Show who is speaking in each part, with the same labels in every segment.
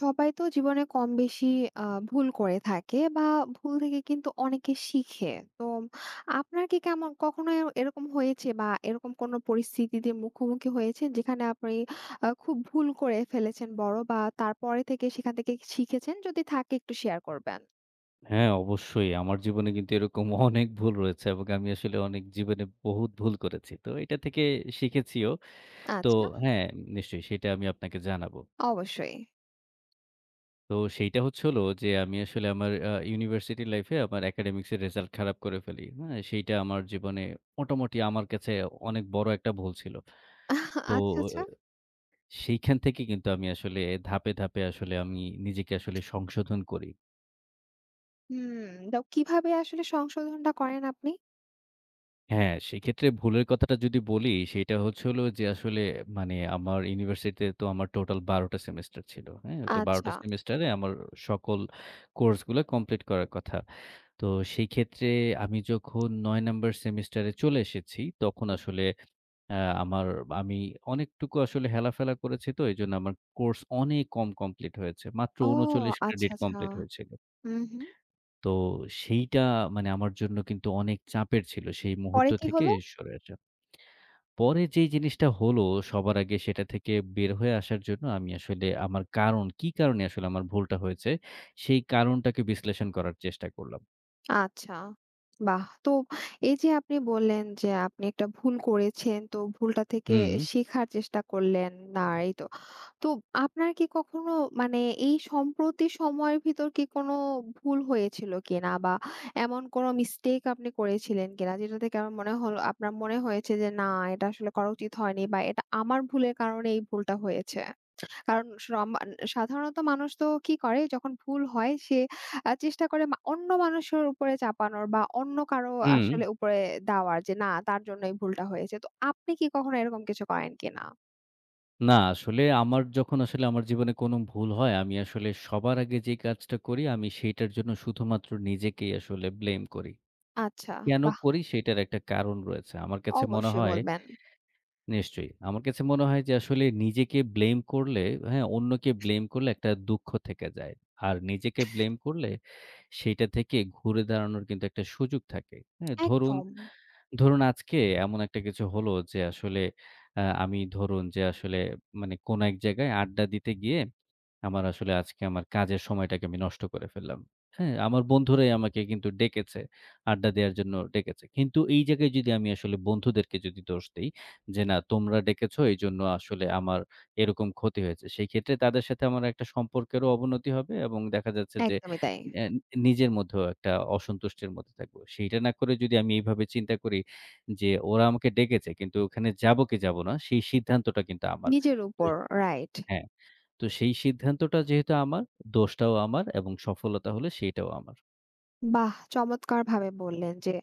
Speaker 1: সবাই তো জীবনে কম বেশি আ ভুল করে থাকে বা ভুল থেকে কিন্তু অনেকে শিখে। তো আপনার কি কেমন কখনো এরকম হয়েছে বা এরকম কোনো পরিস্থিতিতে মুখোমুখি হয়েছেন যেখানে আপনি খুব ভুল করে ফেলেছেন বড় বা তারপরে থেকে সেখান থেকে শিখেছেন? যদি থাকে একটু শেয়ার করবেন।
Speaker 2: হ্যাঁ, অবশ্যই। আমার জীবনে কিন্তু এরকম অনেক ভুল রয়েছে এবং আমি আসলে অনেক জীবনে বহুত ভুল করেছি। তো এটা থেকে শিখেছিও। তো
Speaker 1: আচ্ছা,
Speaker 2: হ্যাঁ, নিশ্চয়ই সেটা আমি আপনাকে জানাবো।
Speaker 1: অবশ্যই।
Speaker 2: তো সেইটা হচ্ছে হলো যে আমি আসলে আমার ইউনিভার্সিটি লাইফে আমার একাডেমিক্স এর রেজাল্ট খারাপ করে ফেলি। হ্যাঁ? সেইটা আমার জীবনে মোটামুটি আমার কাছে অনেক বড় একটা ভুল ছিল। তো
Speaker 1: আচ্ছা, আচ্ছা।
Speaker 2: আহ, সেইখান থেকে কিন্তু আমি আসলে ধাপে, ধাপে আসলে আমি নিজেকে আসলে সংশোধন করি।
Speaker 1: হুম, তো কিভাবে আসলে সংশোধনটা করেন আপনি?
Speaker 2: হ্যাঁ, সেক্ষেত্রে ভুলের কথাটা যদি বলি, সেটা হচ্ছে হলো যে আসলে মানে আমার ইউনিভার্সিটিতে তো আমার টোটাল ১২ টা সেমেস্টার ছিল। হ্যাঁ? তো ১২ টা
Speaker 1: আচ্ছা।
Speaker 2: সেমেস্টারে আমার সকল কোর্সগুলা কমপ্লিট করার কথা। তো সেই ক্ষেত্রে আমি যখন ৯ নাম্বার সেমেস্টারে চলে এসেছি, তখন আসলে আ আমার আমি অনেকটুকু আসলে হেলাফেলা করেছি তো এজন্য আমার কোর্স অনেক কম কমপ্লিট হয়েছে। মাত্র
Speaker 1: ও
Speaker 2: ৩৯
Speaker 1: আচ্ছা,
Speaker 2: ক্রেডিট
Speaker 1: আচ্ছা।
Speaker 2: কমপ্লিট হয়েছিল।
Speaker 1: হুম, হুম।
Speaker 2: তো সেইটা মানে আমার জন্য কিন্তু অনেক চাপের ছিল সেই মুহূর্ত
Speaker 1: পরে কি
Speaker 2: থেকে
Speaker 1: হলো?
Speaker 2: সরে আসা। পরে যেই জিনিসটা হলো, সবার আগে সেটা থেকে বের হয়ে আসার জন্য আমি আসলে আমার কারণ, কি কারণে আসলে আমার ভুলটা হয়েছে, সেই কারণটাকে বিশ্লেষণ করার চেষ্টা করলাম।
Speaker 1: আচ্ছা। বাহ! তো এই যে আপনি বললেন যে আপনি একটা ভুল করেছেন, তো ভুলটা থেকে
Speaker 2: হুম,
Speaker 1: শেখার চেষ্টা করলেন না এই তো। তো আপনার কি কখনো মানে এই সম্প্রতি সময়ের ভিতর কি কোনো ভুল হয়েছিল কিনা? বা এমন কোনো মিস্টেক আপনি করেছিলেন কিনা? যেটা থেকে আমার মনে হলো আপনার মনে হয়েছে যে না এটা আসলে করা উচিত হয়নি বা এটা আমার ভুলের কারণে এই ভুলটা হয়েছে? কারণ সাধারণত মানুষ তো কি করে যখন ভুল হয় সে চেষ্টা করে অন্য মানুষের উপরে চাপানোর বা অন্য কারো
Speaker 2: হুম।
Speaker 1: আসলে উপরে দেওয়ার যে না তার জন্য এই ভুলটা হয়েছে। তো আপনি কি কখনো এরকম কিছু করেন কিনা?
Speaker 2: না, আসলে আমার যখন আসলে আমার জীবনে কোনো ভুল হয়, আমি আসলে সবার আগে যে কাজটা করি, আমি সেইটার জন্য শুধুমাত্র নিজেকেই আসলে ব্লেম করি।
Speaker 1: আচ্ছা,
Speaker 2: কেন
Speaker 1: বাহ!
Speaker 2: করি? সেইটার একটা কারণ রয়েছে। আমার কাছে মনে
Speaker 1: অবশ্যই
Speaker 2: হয়
Speaker 1: বলবেন।
Speaker 2: নিশ্চয়ই। আমার কাছে মনে হয় যে আসলে নিজেকে ব্লেম করলে, হ্যাঁ? অন্যকে ব্লেম করলে একটা দুঃখ থেকে যায়। আর নিজেকে ব্লেম করলে সেইটা থেকে ঘুরে দাঁড়ানোর কিন্তু একটা সুযোগ থাকে। হ্যাঁ? ধরুন,
Speaker 1: একদম,
Speaker 2: ধরুন আজকে এমন একটা কিছু হলো যে আসলে আমি ধরুন যে আসলে মানে কোনো এক জায়গায় আড্ডা দিতে গিয়ে আমার আসলে আজকে আমার কাজের সময়টাকে আমি নষ্ট করে ফেললাম। হ্যাঁ? আমার বন্ধুরাই আমাকে কিন্তু ডেকেছে। আড্ডা দেওয়ার জন্য ডেকেছে। কিন্তু এই জায়গায় যদি আমি আসলে বন্ধুদেরকে যদি দোষ দেই যে, "না তোমরা ডেকেছো এইজন্য আসলে আমার এরকম ক্ষতি হয়েছে।" সেই ক্ষেত্রে তাদের সাথে আমার একটা সম্পর্কেরও অবনতি হবে এবং দেখা যাচ্ছে যে
Speaker 1: একদমই তাই।
Speaker 2: অ্যা নিজের মধ্যেও একটা অসন্তুষ্টির মধ্যে থাকবো। সেইটা না করে যদি আমি এইভাবে চিন্তা করি যে, "ওরা আমাকে ডেকেছে কিন্তু ওখানে যাবো কি যাবো না?" সেই সিদ্ধান্তটা কিন্তু আমার।
Speaker 1: নিজের
Speaker 2: তো
Speaker 1: উপর, রাইট।
Speaker 2: হ্যাঁ। তো সেই সিদ্ধান্তটা যেহেতু আমার, দোষটাও আমার এবং সফলতা হলে সেইটাও আমার।
Speaker 1: বাহ! চমৎকারভাবে বললেন যে,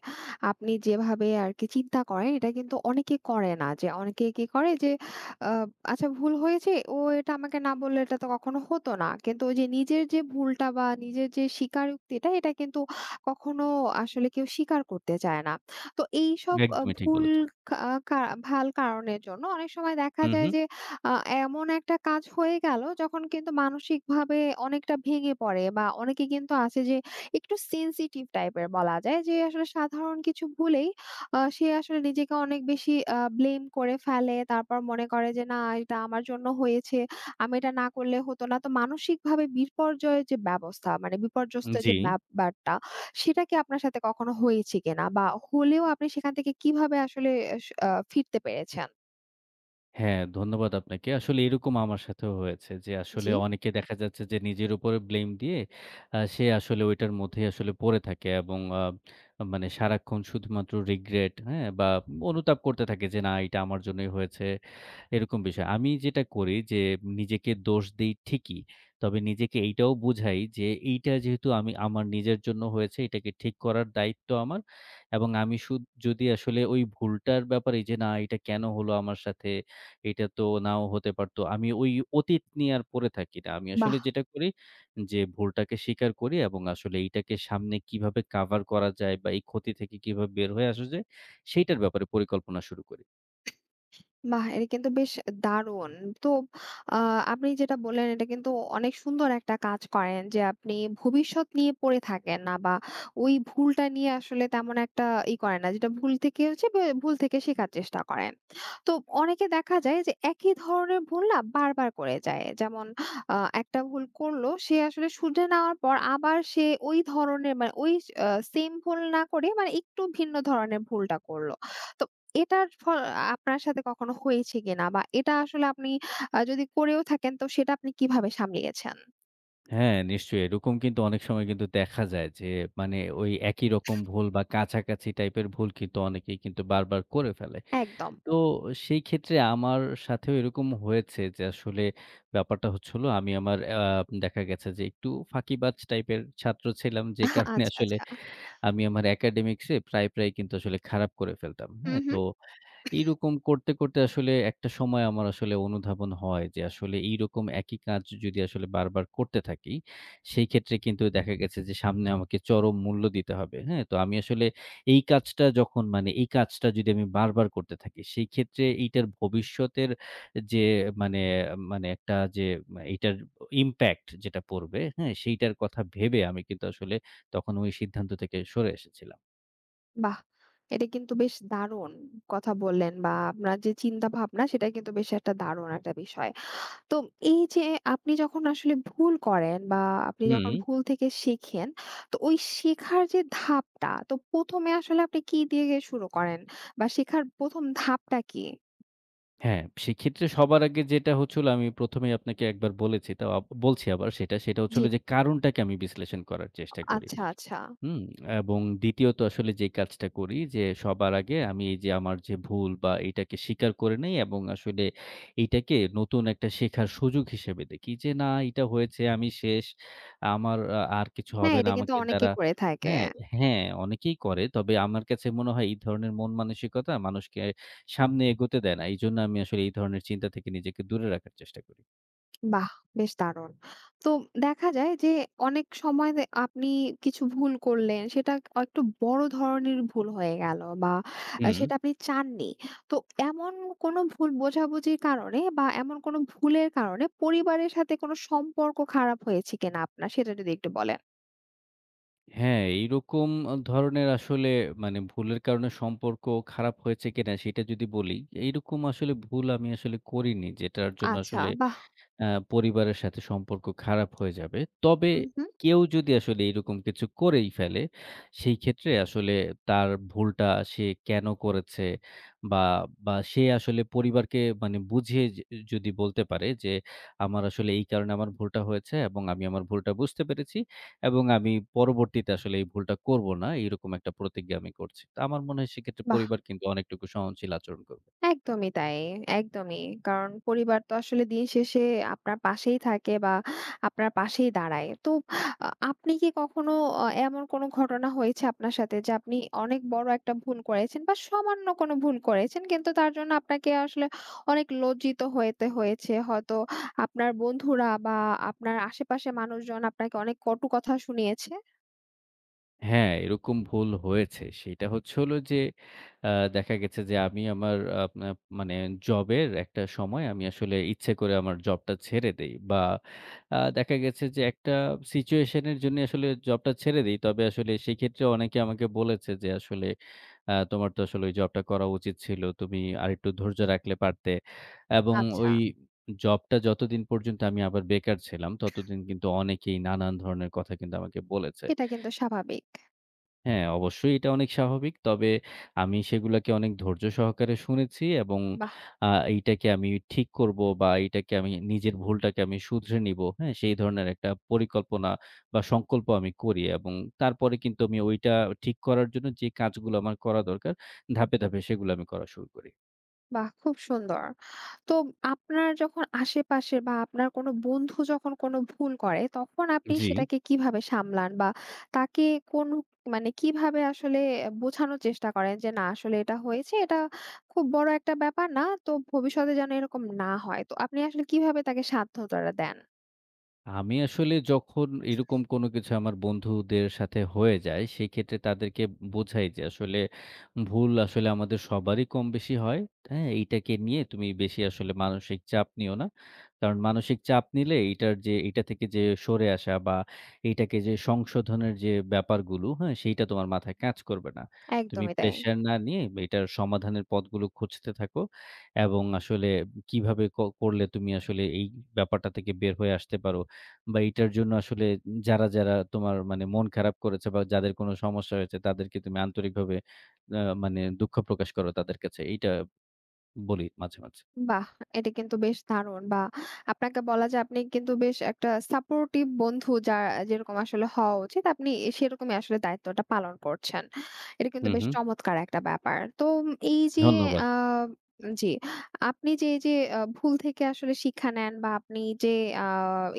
Speaker 1: আপনি যেভাবে আরকি চিন্তা করেন এটা কিন্তু অনেকে করে না। যে অনেকে কি করে যে, আ আচ্ছা ভুল হয়েছে ও এটা আমাকে না বললে এটা তো কখনো হতো না। কিন্তু ওই যে নিজের যে ভুলটা বা নিজের যে স্বীকারোক্তিটা এটা কিন্তু কখনো আসলে কেউ স্বীকার করতে চায় না। তো এইসব
Speaker 2: একদমই ঠিক
Speaker 1: ভুল
Speaker 2: বলেছেন।
Speaker 1: কা কা ভাল কারণের জন্য অনেক সময় দেখা
Speaker 2: হু,
Speaker 1: যায়
Speaker 2: হু।
Speaker 1: যে, আ এমন একটা কাজ হয়ে গেল যখন কিন্তু মানসিকভাবে অনেকটা ভেঙে পড়ে বা অনেকে কিন্তু আছে যে একটু সেনসিটিভ টাইপের বলা যায় যে আসলে সাধারণ কিছু ভুলেই সে আসলে নিজেকে অনেক বেশি ব্লেম করে ফেলে। তারপর মনে করে যে, "না, এটা আমার জন্য হয়েছে। আমি এটা না করলে হতো না।" তো মানসিকভাবে বিপর্যয়ের যে ব্যবস্থা মানে বিপর্যস্ত যে
Speaker 2: জি।
Speaker 1: ব্যাপারটা, সেটা কি আপনার সাথে কখনো হয়েছে কিনা? বা হলেও আপনি সেখান থেকে কিভাবে আসলে এস আ ফিরতে পেরেছেন?
Speaker 2: হ্যাঁ, ধন্যবাদ আপনাকে। আসলে এরকম আমার সাথেও হয়েছে যে আসলে
Speaker 1: জি।
Speaker 2: অনেকে দেখা যাচ্ছে যে নিজের উপরে ব্লেম দিয়ে সে আসলে ওইটার মধ্যেই আসলে পড়ে থাকে এবং মানে সারাক্ষণ শুধুমাত্র রিগ্রেট, হ্যাঁ? বা অনুতাপ করতে থাকে যে, "না, এটা আমার জন্যই হয়েছে।" এরকম বিষয়। আমি যেটা করি যে নিজেকে দোষ দেই ঠিকই। তবে নিজেকে এইটাও বুঝাই যে এইটা যেহেতু আমি আমার নিজের জন্য হয়েছে এটাকে ঠিক করার দায়িত্ব আমার। এবং আমি শুদ যদি আসলে ওই ভুলটার ব্যাপারে যে না এটা কেন হলো আমার সাথে? এটা তো নাও হতে পারত। আমি ওই অতীত নিয়ে আর পড়ে থাকি না। আমি
Speaker 1: বাহ!
Speaker 2: আসলে যেটা করি যে ভুলটাকে স্বীকার করি এবং আসলে এইটাকে সামনে কিভাবে কাভার করা যায় বা এই ক্ষতি থেকে কিভাবে বের হয়ে আসা যায় সেইটার ব্যাপারে পরিকল্পনা শুরু করি।
Speaker 1: বাহ! এটা কিন্তু বেশ দারুণ। তো আ আপনি যেটা বললেন এটা কিন্তু অনেক সুন্দর একটা কাজ করেন যে আপনি ভবিষ্যৎ নিয়ে পড়ে থাকেন না বা ওই ভুলটা নিয়ে আসলে তেমন একটা ই করেন না। যেটা ভুল থেকে হচ্ছে বে ভুল থেকে শেখার চেষ্টা করেন। তো অনেকে দেখা যায় যে একই ধরনের ভুল না বারবার করে যায়। যেমন একটা ভুল করলো সে আসলে শুধরে নেওয়ার পর আবার সে ওই ধরনের মানে ওই আ সেইম ভুল না করে মানে একটু ভিন্ন ধরনের ভুলটা করলো। তো এটার আপনার সাথে কখনো হয়েছে কিনা? বা এটা আসলে আপনি যদি করেও থাকেন তো সেটা আপনি কিভাবে সামলিয়েছেন?
Speaker 2: হ্যাঁ, নিশ্চয়ই। এরকম কিন্তু অনেক সময় কিন্তু দেখা যায় যে মানে ওই একই রকম ভুল বা কাছাকাছি টাইপের ভুল কিন্তু অনেকেই কিন্তু বারবার করে ফেলে।
Speaker 1: একদম।
Speaker 2: তো সেই ক্ষেত্রে আমার সাথেও এরকম হয়েছে যে আসলে ব্যাপারটা হচ্ছে হলো আমি আমার আ দেখা গেছে যে একটু ফাঁকিবাজ টাইপের ছাত্র ছিলাম যে কারণে
Speaker 1: আচ্ছা,
Speaker 2: আসলে
Speaker 1: আচ্ছা।
Speaker 2: আমি আমার একাডেমিক্স এ প্রায়, প্রায় কিন্তু আসলে খারাপ করে ফেলতাম।
Speaker 1: হুম,
Speaker 2: হ্যাঁ? তো
Speaker 1: হুম।
Speaker 2: এইরকম করতে, করতে আসলে একটা সময় আমার আসলে অনুধাবন হয় যে আসলে এইরকম একই কাজ যদি আসলে বারবার করতে থাকি, সেই ক্ষেত্রে কিন্তু দেখা গেছে যে সামনে আমাকে চরম মূল্য দিতে হবে। হ্যাঁ? তো আমি আসলে এই কাজটা যখন মানে এই কাজটা যদি আমি বারবার করতে থাকি, সেই ক্ষেত্রে এইটার ভবিষ্যতের যে মানে, মানে একটা যে এইটার ইমপ্যাক্ট যেটা পড়বে, হ্যাঁ? সেইটার কথা ভেবে আমি কিন্তু আসলে তখন ওই সিদ্ধান্ত থেকে সরে এসেছিলাম।
Speaker 1: বাহ! এটা কিন্তু বেশ দারুণ কথা বললেন বা আপনার যে চিন্তা ভাবনা সেটা কিন্তু বেশ একটা দারুণ একটা বিষয়। তো এই যে আপনি যখন আসলে ভুল করেন বা আপনি
Speaker 2: হুম।
Speaker 1: যখন ভুল থেকে শেখেন, তো ওই শেখার যে ধাপটা তো ১ম এ আসলে আপনি কি দিয়ে শুরু করেন? বা শেখার ১ম ধাপটা কি?
Speaker 2: হ্যাঁ, সেক্ষেত্রে সবার আগে যেটা হচ্ছিল আমি ১ম এই আপনাকে একবার বলেছি, তাও বলছি আবার সেটা
Speaker 1: জি,
Speaker 2: হচ্ছিল যে কারণটাকে আমি বিশ্লেষণ করার চেষ্টা করি।
Speaker 1: আচ্ছা, আচ্ছা।
Speaker 2: হুম, এবং দ্বিতীয়ত আসলে যে কাজটা করি যে সবার আগে আমি এই যে আমার যে ভুল বা এটাকে স্বীকার করে নেই এবং আসলে এইটাকে নতুন একটা শেখার সুযোগ হিসেবে দেখি যে না এটা হয়েছে আমি শেষ আমার আর কিছু
Speaker 1: হ্যাঁ,
Speaker 2: হবে না
Speaker 1: এটা কিন্তু
Speaker 2: আমাকে
Speaker 1: অনেকে
Speaker 2: দ্বারা।
Speaker 1: করে থাকে।
Speaker 2: হ্যাঁ, হ্যাঁ, অনেকেই করে। তবে আমার কাছে মনে হয় এই ধরনের মন মানসিকতা মানুষকে সামনে এগোতে দেয় না। এইজন্য আমি আসলে এই ধরনের চিন্তা থেকে নিজেকে দূরে রাখার চেষ্টা করি।
Speaker 1: বাহ! বেশ দারুণ। তো দেখা যায় যে অনেক সময় আপনি কিছু ভুল করলেন, সেটা একটু বড় ধরনের ভুল হয়ে গেল বা
Speaker 2: হুম।
Speaker 1: সেটা আপনি চাননি। তো এমন কোনো ভুল বোঝাবুঝির কারণে বা এমন কোনো ভুলের কারণে পরিবারের সাথে কোনো সম্পর্ক খারাপ হয়েছে কিনা আপনার? সেটা যদি একটু বলেন।
Speaker 2: হ্যাঁ, এইরকম ধরনের আসলে মানে ভুলের কারণে সম্পর্ক খারাপ হয়েছে কিনা সেটা যদি বলি, এইরকম আসলে ভুল আমি আসলে করিনি। যেটার জন্য
Speaker 1: আচ্ছা,
Speaker 2: আসলে
Speaker 1: বাহ!
Speaker 2: আ পরিবারের সাথে সম্পর্ক খারাপ হয়ে যাবে। তবে
Speaker 1: হু, হু,
Speaker 2: কেউ যদি আসলে এরকম কিছু করেই ফেলে, সেই ক্ষেত্রে আসলে তার ভুলটা সে কেন করেছে বা, বা সে আসলে পরিবারকে মানে বুঝিয়ে যে যদি বলতে পারে যে, "আমার আসলে এই কারণে আমার ভুলটা হয়েছে এবং আমি আমার ভুলটা বুঝতে পেরেছি এবং আমি পরবর্তীতে আসলে এই ভুলটা করব না।" এরকম একটা প্রতিজ্ঞা আমি করছি। তো আমার মনে হয় সেক্ষেত্রে
Speaker 1: বাহ!
Speaker 2: পরিবার কিন্তু অনেকটুকু সহনশীল আচরণ করবে।
Speaker 1: একদমই তাই, একদমই। কারণ পরিবার তো আসলে দিন শেষে আপনার পাশেই থাকে বা আপনার পাশেই দাঁড়ায়। তো আপনি কি কখনো এমন কোনো ঘটনা হয়েছে আপনার সাথে যে আপনি অনেক বড় একটা ভুল করেছেন বা সামান্য কোনো ভুল করেছেন কিন্তু তার জন্য আপনাকে আসলে অনেক লজ্জিত হতে হয়েছে। হয়তো আপনার বন্ধুরা বা আপনার আশেপাশের মানুষজন আপনাকে অনেক কটু কথা শুনিয়েছে?
Speaker 2: হ্যাঁ, এরকম ভুল হয়েছে। সেটা হচ্ছে হলো যে, আ দেখা গেছে যে আমি আমার আপনার মানে জবের একটা সময় আমি আসলে ইচ্ছে করে আমার জবটা ছেড়ে দেই। বা দেখা গেছে যে একটা সিচুয়েশন এর জন্য আসলে জবটা ছেড়ে দেই। তবে আসলে সেক্ষেত্রে অনেকে আমাকে বলেছে যে আসলে তোমার তো আসলে ওই জবটা করা উচিত ছিল। তুমি আরেকটু ধৈর্য রাখলে পারতে। এবং
Speaker 1: আচ্ছা,
Speaker 2: ওই জবটা যতদিন পর্যন্ত আমি আবার বেকার ছিলাম ততদিন কিন্তু অনেকেই নানান ধরনের কথা কিন্তু আমাকে বলেছে।
Speaker 1: এটা কিন্তু স্বাভাবিক।
Speaker 2: হ্যাঁ, অবশ্যই এটা অনেক স্বাভাবিক। তবে আমি সেগুলাকে অনেক ধৈর্য সহকারে শুনেছি এবং
Speaker 1: বাহ!
Speaker 2: এইটাকে আমি ঠিক করব বা এইটাকে আমি নিজের ভুলটাকে আমি শুধরে নিবো। হ্যাঁ? সেই ধরনের একটা পরিকল্পনা বা সংকল্প আমি করি এবং তারপরে কিন্তু আমি ওইটা ঠিক করার জন্য যে কাজগুলো আমার করা দরকার ধাপে, ধাপে সেগুলো আমি করা শুরু করি।
Speaker 1: বাহ! খুব সুন্দর। তো আপনার যখন আশেপাশে বা আপনার কোনো বন্ধু যখন কোনো ভুল করে, তখন আপনি
Speaker 2: জি।
Speaker 1: সেটাকে কিভাবে সামলান? বা তাকে কোন মানে কিভাবে আসলে বোঝানোর চেষ্টা করেন যে, "না আসলে এটা হয়েছে, এটা খুব বড় একটা ব্যাপার না। তো ভবিষ্যতে যেন এরকম না হয়।" তো আপনি আসলে কিভাবে তাকে সাধ্যটা দেন?
Speaker 2: আমি আসলে যখন এরকম কোনো কিছু আমার বন্ধুদের সাথে হয়ে যায়, সেক্ষেত্রে তাদেরকে বোঝাই যে আসলে ভুল আসলে আমাদের সবারই কম বেশি হয়। হ্যাঁ? এইটাকে নিয়ে তুমি বেশি আসলে মানসিক চাপ নিও না। কারণ মানসিক চাপ নিলে এইটার যে এইটা থেকে যে সরে আসা বা এইটাকে যে সংশোধনের যে ব্যাপারগুলো, হ্যাঁ? সেইটা তোমার মাথায় কাজ করবে না। তুমি
Speaker 1: একদমই তাই।
Speaker 2: প্রেশার না নিয়ে এটার সমাধানের পথগুলো খুঁজতে থাকো এবং আসলে কিভাবে ক করলে তুমি আসলে এই ব্যাপারটা থেকে বের হয়ে আসতে পারো বা এইটার জন্য আসলে যারা, যারা তোমার মানে মন খারাপ করেছে বা যাদের কোনো সমস্যা হয়েছে তাদেরকে তুমি আন্তরিকভাবে মানে দুঃখ প্রকাশ করো তাদের কাছে। এইটা বলি মাঝে, মাঝে।
Speaker 1: বাহ! এটা কিন্তু বেশ দারুণ বা আপনাকে বলা যায় আপনি কিন্তু বেশ একটা সাপোর্টিভ বন্ধু যা যেরকম আসলে হওয়া উচিত আপনি সেরকমই আসলে দায়িত্বটা পালন করছেন। এটা কিন্তু
Speaker 2: হুম,
Speaker 1: বেশ
Speaker 2: হুম।
Speaker 1: চমৎকার একটা ব্যাপার। তো উম, এই যে
Speaker 2: ধন্যবাদ।
Speaker 1: আ জি, আপনি যে এই যে ভুল থেকে আসলে শিক্ষা নেন বা আপনি যে আ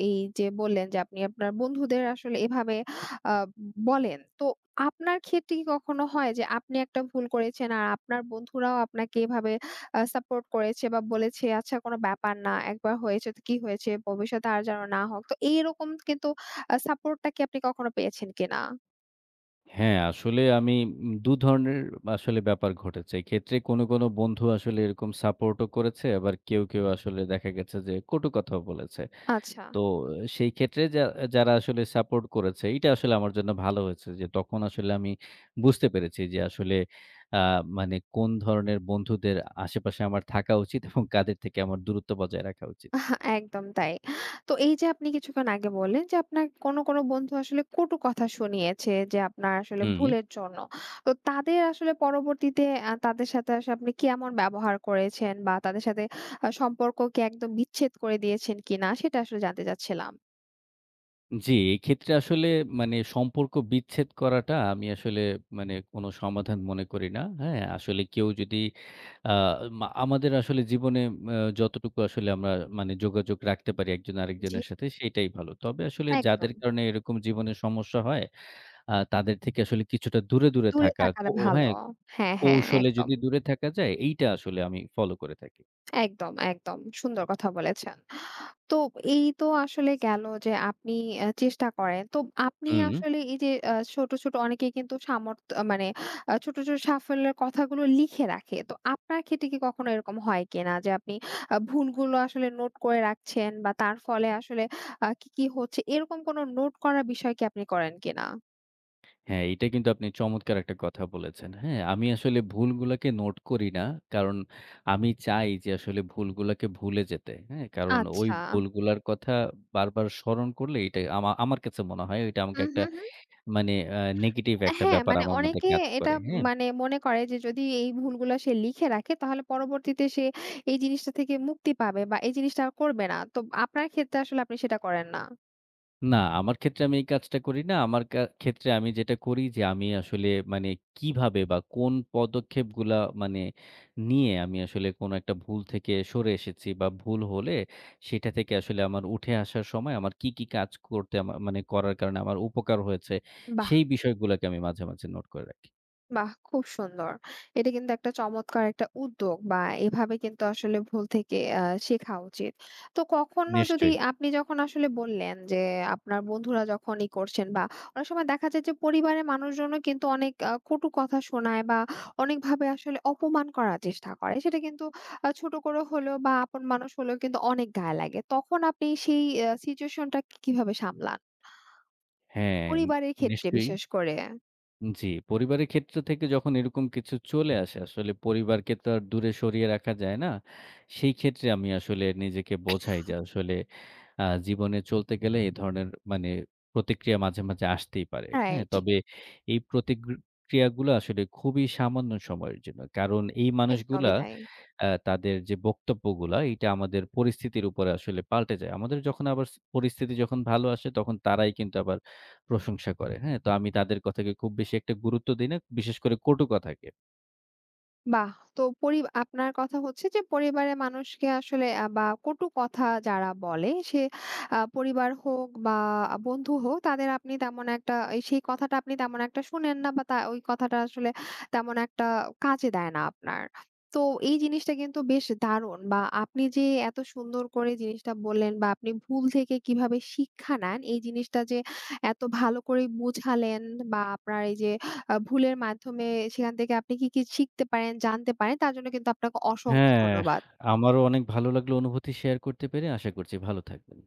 Speaker 1: এই যে বললেন যে আপনি আপনার বন্ধুদের আসলে এভাবে আ বলেন। তো আপনার ক্ষেত্রে কি কখনো হয় যে আপনি একটা ভুল করেছেন আর আপনার বন্ধুরাও আপনাকে এভাবে সাপোর্ট করেছে বা বলেছে, "আচ্ছা কোনো ব্যাপার না। একবার হয়েছে তো কি হয়েছে? ভবিষ্যতে আর যেন না হোক।" তো এইরকম কিন্তু সাপোর্টটা কি আপনি কখনো পেয়েছেন কিনা?
Speaker 2: হ্যাঁ, আসলে আমি ২ ধরনের আসলে ব্যাপার ঘটেছে। এক্ষেত্রে কোনো, কোনো বন্ধু আসলে এরকম সাপোর্ট ও করেছে আবার কেউ, কেউ আসলে দেখা গেছে যে কটু কথাও বলেছে।
Speaker 1: আচ্ছা,
Speaker 2: তো সেই ক্ষেত্রে যারা আসলে সাপোর্ট করেছে, এইটা আসলে আমার জন্য ভালো হয়েছে যে তখন আসলে আমি বুঝতে পেরেছি যে আসলে আ মানে কোন ধরনের বন্ধুদের আশেপাশে আমার থাকা উচিত এবং কাদের থেকে আমার দূরত্ব বজায় রাখা উচিত।
Speaker 1: হ্যাঁ, একদম তাই। তো এই যে আপনি কিছুক্ষণ আগে বললেন যে আপনার কোনো, কোনো বন্ধু আসলে কটু কথা শুনিয়েছে যে আপনার আসলে
Speaker 2: হুম।
Speaker 1: ভুলের জন্য। তো তাদের আসলে পরবর্তীতে তাদের সাথে আসলে আপনি কেমন ব্যবহার করেছেন বা তাদের সাথে সম্পর্ক কি একদম বিচ্ছেদ করে দিয়েছেন কিনা? সেটা আসলে জানতে চাচ্ছিলাম।
Speaker 2: জি, এক্ষেত্রে আসলে মানে সম্পর্ক বিচ্ছেদ করাটা আমি আসলে মানে কোনো সমাধান মনে করি না। হ্যাঁ? আসলে কেউ যদি আ মা আমাদের আসলে জীবনে যতটুকু আসলে আমরা মানে যোগাযোগ রাখতে পারি একজন
Speaker 1: জি,
Speaker 2: আরেকজনের সাথে সেটাই ভালো। তবে আসলে
Speaker 1: একদম।
Speaker 2: যাদের কারণে এরকম জীবনে সমস্যা হয় তাদের থেকে আসলে কিছুটা দূরে, দূরে
Speaker 1: দূরে
Speaker 2: থাকা।
Speaker 1: থাকাটা
Speaker 2: ও
Speaker 1: ভালো।
Speaker 2: হ্যাঁ,
Speaker 1: হ্যাঁ, হ্যাঁ,
Speaker 2: কৌশলে
Speaker 1: একদম,
Speaker 2: যদি দূরে থাকা যায় এইটা আসলে আমি ফলো করে থাকি।
Speaker 1: একদম, একদম। সুন্দর কথা বলেছেন। তো এই তো আসলে গেল যে আপনি চেষ্টা করেন। তো আপনি
Speaker 2: হুম।
Speaker 1: আসলে এই যে ছোট, ছোট অনেকেই কিন্তু সামর্থ্য মানে ছোট, ছোট সাফল্যের কথাগুলো লিখে রাখে। তো আপনার ক্ষেত্রে কি কখনো এরকম হয় কিনা যে আপনি ভুলগুলো আসলে নোট করে রাখছেন বা তার ফলে আসলে কি, কি হচ্ছে এরকম কোনো নোট করার বিষয় কি আপনি করেন কিনা?
Speaker 2: হ্যাঁ, এইটা কিন্তু আপনি চমৎকার একটা কথা বলেছেন। হ্যাঁ, আমি আসলে ভুলগুলাকে নোট করি না। কারণ আমি চাই যে আসলে ভুলগুলাকে ভুলে যেতে। হ্যাঁ? কারণ ওই
Speaker 1: আচ্ছা।
Speaker 2: ভুলগুলার কথা বারবার স্মরণ করলে এটা আমার কাছে মনে হয় এটা
Speaker 1: হু,
Speaker 2: আমাকে একটা
Speaker 1: হু।
Speaker 2: মানে নেগেটিভ একটা
Speaker 1: হ্যাঁ,
Speaker 2: ব্যাপার
Speaker 1: মানে
Speaker 2: আমার মধ্যে
Speaker 1: অনেকে
Speaker 2: কাজ
Speaker 1: এটা
Speaker 2: করে। হ্যাঁ?
Speaker 1: মানে মনে করে যে যদি এই ভুলগুলো সে লিখে রাখে তাহলে পরবর্তীতে সে এই জিনিসটা থেকে মুক্তি পাবে বা এই জিনিসটা আর করবে না। তো আপনার ক্ষেত্রে আসলে আপনি সেটা করেন না।
Speaker 2: না, আমার ক্ষেত্রে আমি এই কাজটা করি না। আমার ক্ষেত্রে আমি যেটা করি যে আমি আসলে মানে কিভাবে বা কোন পদক্ষেপগুলা মানে নিয়ে আমি আসলে কোন একটা ভুল থেকে সরে এসেছি বা ভুল হলে সেটা থেকে আসলে আমার উঠে আসার সময় আমার কি, কি কাজ করতে মানে করার কারণে আমার উপকার হয়েছে
Speaker 1: বাহ!
Speaker 2: সেই বিষয়গুলাকে আমি মাঝে, মাঝে নোট করে রাখি।
Speaker 1: বাহ! খুব সুন্দর। এটা কিন্তু একটা চমৎকার একটা উদ্যোগ বা এভাবে কিন্তু আসলে ভুল থেকে শেখা উচিত। তো কখনো যদি
Speaker 2: নিশ্চয়ই।
Speaker 1: আপনি যখন আসলে বললেন যে আপনার বন্ধুরা যখন ই করছেন বা অনেক সময় দেখা যায় যে পরিবারের মানুষজনও কিন্তু অনেক কটু কথা শোনায় বা অনেকভাবে আসলে অপমান করার চেষ্টা করে। সেটা কিন্তু ছোট করে হলেও বা আপন মানুষ হলেও কিন্তু অনেক গায়ে লাগে। তখন আপনি সেই সিচুয়েশনটা কিভাবে সামলান?
Speaker 2: হ্যাঁ,
Speaker 1: পরিবারের ক্ষেত্রে
Speaker 2: নিশ্চয়ই।
Speaker 1: বিশেষ করে।
Speaker 2: জি, পরিবারের ক্ষেত্র থেকে যখন এরকম কিছু চলে আসে, আসলে পরিবারকে তো আর দূরে সরিয়ে রাখা যায় না। সেই ক্ষেত্রে আমি আসলে নিজেকে বোঝাই যে আসলে জীবনে চলতে গেলে এ ধরনের মানে প্রতিক্রিয়া মাঝে, মাঝে আসতেই পারে। হ্যাঁ?
Speaker 1: রাইট,
Speaker 2: তবে এই ক্রিয়াগুলো আসলে খুবই সামান্য সময়ের জন্য। কারণ এই মানুষগুলা
Speaker 1: একদমই তাই।
Speaker 2: তাদের যে বক্তব্যগুলা এইটা আমাদের পরিস্থিতির উপরে আসলে পাল্টে যায়। আমাদের যখন আবার পরিস্থিতি যখন ভালো আসে তখন তারাই কিন্তু আবার প্রশংসা করে। হ্যাঁ? তো আমি তাদের কথাকে খুব বেশি একটা গুরুত্ব দিই না, বিশেষ করে কটু কথাকে।
Speaker 1: বাহ! তো আপনার কথা হচ্ছে যে পরিবারের মানুষকে আসলে বা কটু কথা যারা বলে সে পরিবার হোক বা বন্ধু হোক তাদের আপনি তেমন একটা এই সেই কথাটা আপনি তেমন একটা শোনেন না বা তা ওই কথাটা আসলে তেমন একটা কাজে দেয় না আপনার। তো এই জিনিসটা কিন্তু বেশ দারুণ বা আপনি যে এত সুন্দর করে জিনিসটা বললেন বা আপনি ভুল থেকে কিভাবে শিক্ষা নেন এই জিনিসটা যে এত ভালো করে বোঝালেন বা আপনার এই যে ভুলের মাধ্যমে সেখান থেকে আপনি কি, কি শিখতে পারেন, জানতে পারেন তার জন্য কিন্তু আপনাকে অসংখ্য
Speaker 2: হ্যাঁ,
Speaker 1: ধন্যবাদ।
Speaker 2: আমারও অনেক ভালো লাগলো অনুভূতি শেয়ার করতে পেরে। আশা করছি ভালো থাকবেন।